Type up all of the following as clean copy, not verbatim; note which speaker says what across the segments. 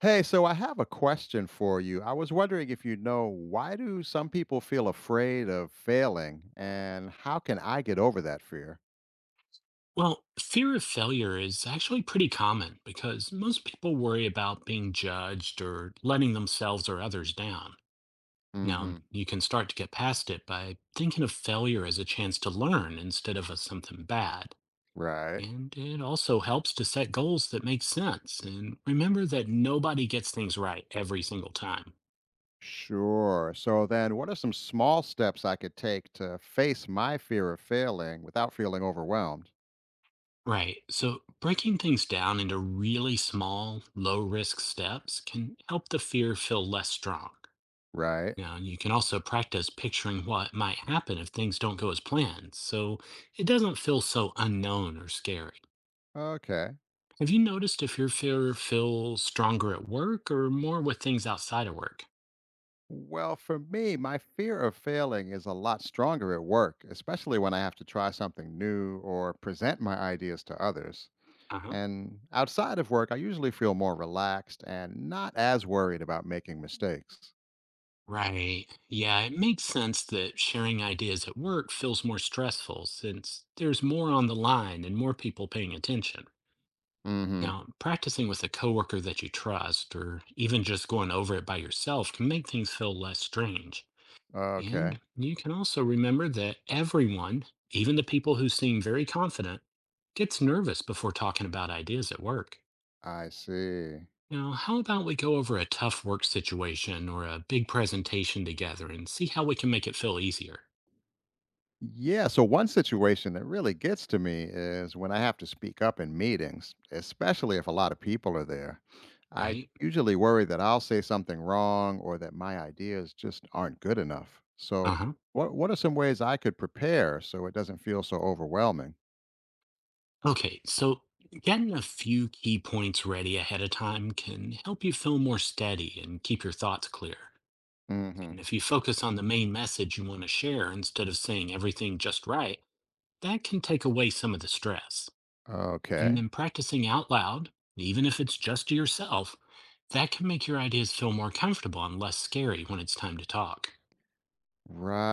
Speaker 1: Hey, so I have a question for you. I was wondering if why do some people feel afraid of failing and how can I get over that fear?
Speaker 2: Well, fear of failure is actually pretty common because most people worry about being judged or letting themselves or others down. Now,
Speaker 1: Mhm.
Speaker 2: you can start to get past it by thinking of failure as a chance to learn instead of as something bad.
Speaker 1: Right.
Speaker 2: And it also helps to set goals that make sense and remember that nobody gets things right every single time.
Speaker 1: Sure. So then what are some small steps I could take to face my fear of failing without feeling overwhelmed?
Speaker 2: Right. So breaking things down into really small, low risk steps can help the fear feel less strong.
Speaker 1: Right.
Speaker 2: Now, you can also practice picturing what might happen if things don't go as planned, so it doesn't feel so unknown or scary.
Speaker 1: Okay.
Speaker 2: Have you noticed if your fear feels stronger at work or more with things outside of work?
Speaker 1: Well, for me, my fear of failing is a lot stronger at work, especially when I have to try something new or present my ideas to others.
Speaker 2: Uh huh.
Speaker 1: And outside of work, I usually feel more relaxed and not as worried about making mistakes.
Speaker 2: Right. Yeah, it makes sense that sharing ideas at work feels more stressful since there's more on the line and more people paying attention.
Speaker 1: Mm
Speaker 2: Now, practicing with a coworker that you trust or even just going over it by yourself can make things feel less strange.
Speaker 1: hmm. Okay,
Speaker 2: And you can also remember that everyone, even the people who seem very confident, gets nervous before talking about ideas at work.
Speaker 1: I see.
Speaker 2: Now, how about we go over a tough work situation or a big presentation together and see how we can make it feel easier,
Speaker 1: Yeah, so one situation that really gets to me is when I have to speak up in meetings, especially if a lot of people are there. I
Speaker 2: right?
Speaker 1: usually worry that I'll say something wrong or that my ideas just aren't good enough.
Speaker 2: Uh
Speaker 1: So,
Speaker 2: huh.
Speaker 1: what are some ways I could prepare so it doesn't feel so overwhelming?
Speaker 2: Okay, so getting a few key points ready ahead of time can help you feel more steady and keep your thoughts clear. And
Speaker 1: Mhm.
Speaker 2: if you focus on the main message you want to share instead of saying everything just right, that can take away some of the stress. And
Speaker 1: Okay.
Speaker 2: then practicing out loud, even if it's just to yourself, that can make your ideas feel more comfortable and less scary when it's time to talk.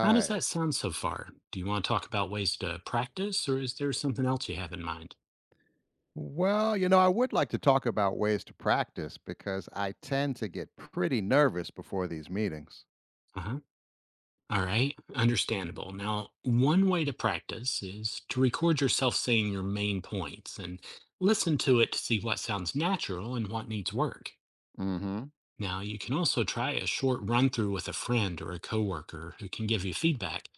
Speaker 2: How does that sound so far? Do you want to talk about ways to practice, or is there something else you have in mind?
Speaker 1: Well, I would like to talk about ways to practice because I tend to get pretty nervous before these meetings.
Speaker 2: Uh huh. All right, understandable. Now, one way to practice is to record yourself saying your main points and listen to it to see what sounds natural and what needs work.
Speaker 1: Mm-hmm.
Speaker 2: Now, you can also try a short run through with a friend or a coworker who can give you feedback,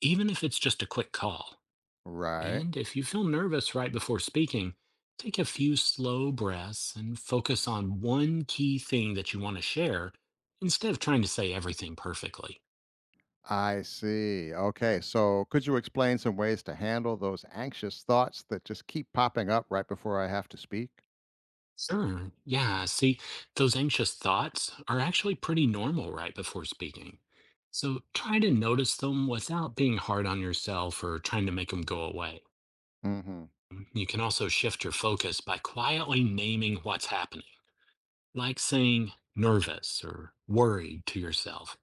Speaker 2: even if it's just a quick call.
Speaker 1: Right.
Speaker 2: And if you feel nervous right before speaking, take a few slow breaths and focus on one key thing that you want to share instead of trying to say everything perfectly.
Speaker 1: I see. Okay. So, could you explain some ways to handle those anxious thoughts that just keep popping up right before I have to speak?
Speaker 2: Sure, yeah, see, those anxious thoughts are actually pretty normal right before speaking. So try to notice them without being hard on yourself or trying to make them go away.
Speaker 1: Mm-hmm.
Speaker 2: You can also shift your focus by quietly naming what's happening, like saying nervous or worried to yourself,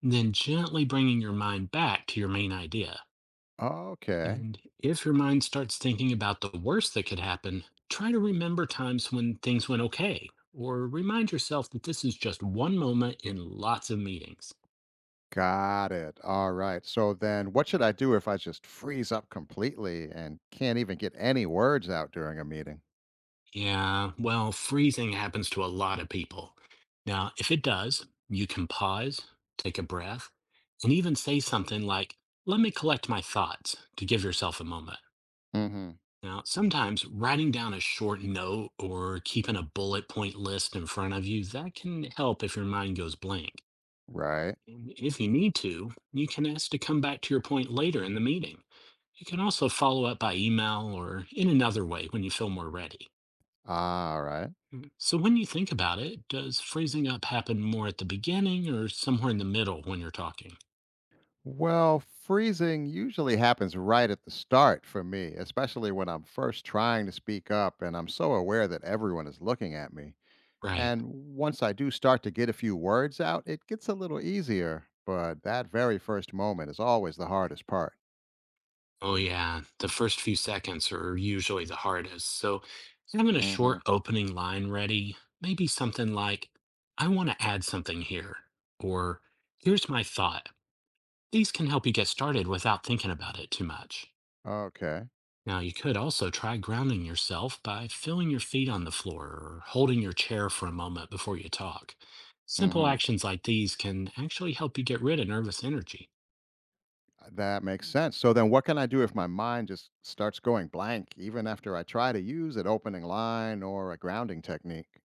Speaker 2: then gently bringing your mind back to your main idea.
Speaker 1: Okay.
Speaker 2: And if your mind starts thinking about the worst that could happen, try to remember times when things went okay, or remind yourself that this is just one moment in lots of meetings.
Speaker 1: Got it. All right. So, then what should I do if I just freeze up completely and can't even get any words out during a meeting?
Speaker 2: Yeah, well, freezing happens to a lot of people. Now, if it does, you can pause, take a breath, and even say something like, "Let me collect my thoughts," to give yourself a moment.
Speaker 1: Mm-hmm.
Speaker 2: Now, sometimes writing down a short note or keeping a bullet point list in front of you, that can help if your mind goes blank.
Speaker 1: Right.
Speaker 2: And if you need to, you can ask to come back to your point later in the meeting. You can also follow up by email or in another way when you feel more ready.
Speaker 1: All right.
Speaker 2: Mm. So when you think about it, does phrasing up happen more at the beginning or somewhere in the middle when you're talking?
Speaker 1: Well, freezing usually happens right at the start for me, especially when I'm first trying to speak up and I'm so aware that everyone is looking at me.
Speaker 2: Right.
Speaker 1: And once I do start to get a few words out, it gets a little easier, but that very first moment is always the hardest part.
Speaker 2: Oh, yeah. The first few seconds are usually the hardest. So having a
Speaker 1: Hmm.
Speaker 2: short opening line ready, maybe something like, "I want to add something here," or "here's my thought." These can help you get started without thinking about it too much.
Speaker 1: Okay.
Speaker 2: Now, you could also try grounding yourself by filling your feet on the floor or holding your chair for a moment before you talk. Simple
Speaker 1: Hmm.
Speaker 2: actions like these can actually help you get rid of nervous energy.
Speaker 1: That makes sense. So then what can I do if my mind just starts going blank, even after I try to use an opening line or a grounding technique?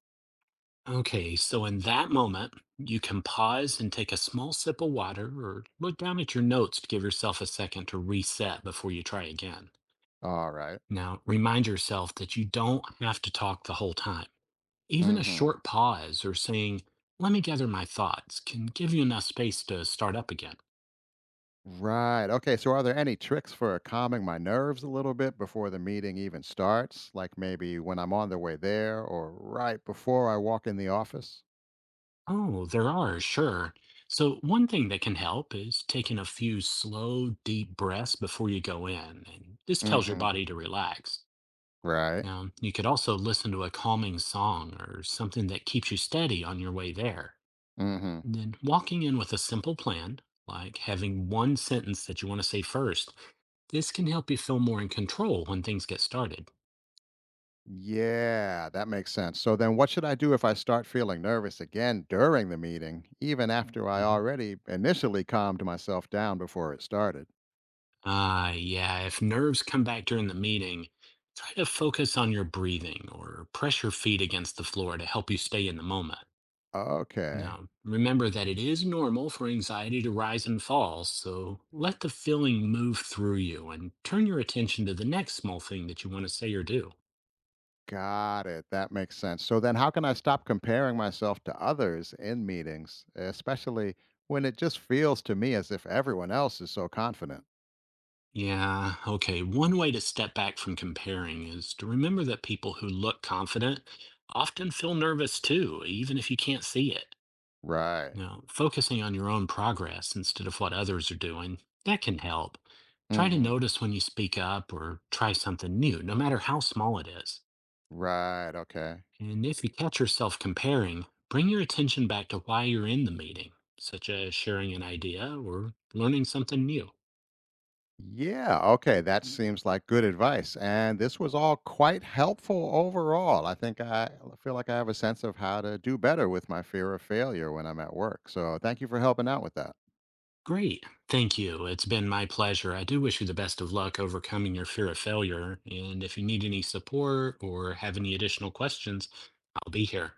Speaker 2: Okay, so in that moment, you can pause and take a small sip of water or look down at your notes to give yourself a second to reset before you try again.
Speaker 1: All right.
Speaker 2: Now, remind yourself that you don't have to talk the whole time. Even a short pause or saying, "let me gather my thoughts," can give you enough space to start up again.
Speaker 1: Right. Okay. So, are there any tricks for calming my nerves a little bit before the meeting even starts? Like maybe when I'm on the way there or right before I walk in the office?
Speaker 2: Oh, there are, sure. So, one thing that can help is taking a few slow, deep breaths before you go in, and this
Speaker 1: Mm
Speaker 2: tells your
Speaker 1: hmm.
Speaker 2: body to relax.
Speaker 1: Right.
Speaker 2: Now, you could also listen to a calming song or something that keeps you steady on your way there.
Speaker 1: Mm hmm.
Speaker 2: And then, walking in with a simple plan, like having one sentence that you want to say first, this can help you feel more in control when things get started.
Speaker 1: Yeah, that makes sense. So, then what should I do if I start feeling nervous again during the meeting, even after I
Speaker 2: Mm-hmm.
Speaker 1: already initially calmed myself down before it started?
Speaker 2: Yeah, if nerves come back during the meeting, try to focus on your breathing or press your feet against the floor to help you stay in the moment.
Speaker 1: Okay.
Speaker 2: Now, remember that it is normal for anxiety to rise and fall, so let the feeling move through you and turn your attention to the next small thing that you want to say or do.
Speaker 1: Got it. That makes sense. So then how can I stop comparing myself to others in meetings, especially when it just feels to me as if everyone else is so confident?
Speaker 2: Yeah, okay. One way to step back from comparing is to remember that people who look confident often feel nervous too, even if you can't see it.
Speaker 1: Right.
Speaker 2: Now, focusing on your own progress instead of what others are doing, that can help. Try to
Speaker 1: Mhm.
Speaker 2: notice when you speak up or try something new, no matter how small it is.
Speaker 1: Right. Okay.
Speaker 2: And if you catch yourself comparing, bring your attention back to why you're in the meeting, such as sharing an idea or learning something new.
Speaker 1: Yeah, okay. That seems like good advice. And this was all quite helpful overall. I think I feel like I have a sense of how to do better with my fear of failure when I'm at work. So thank you for helping out with that.
Speaker 2: Great. Thank you. It's been my pleasure. I do wish you the best of luck overcoming your fear of failure. And if you need any support or have any additional questions, I'll be here.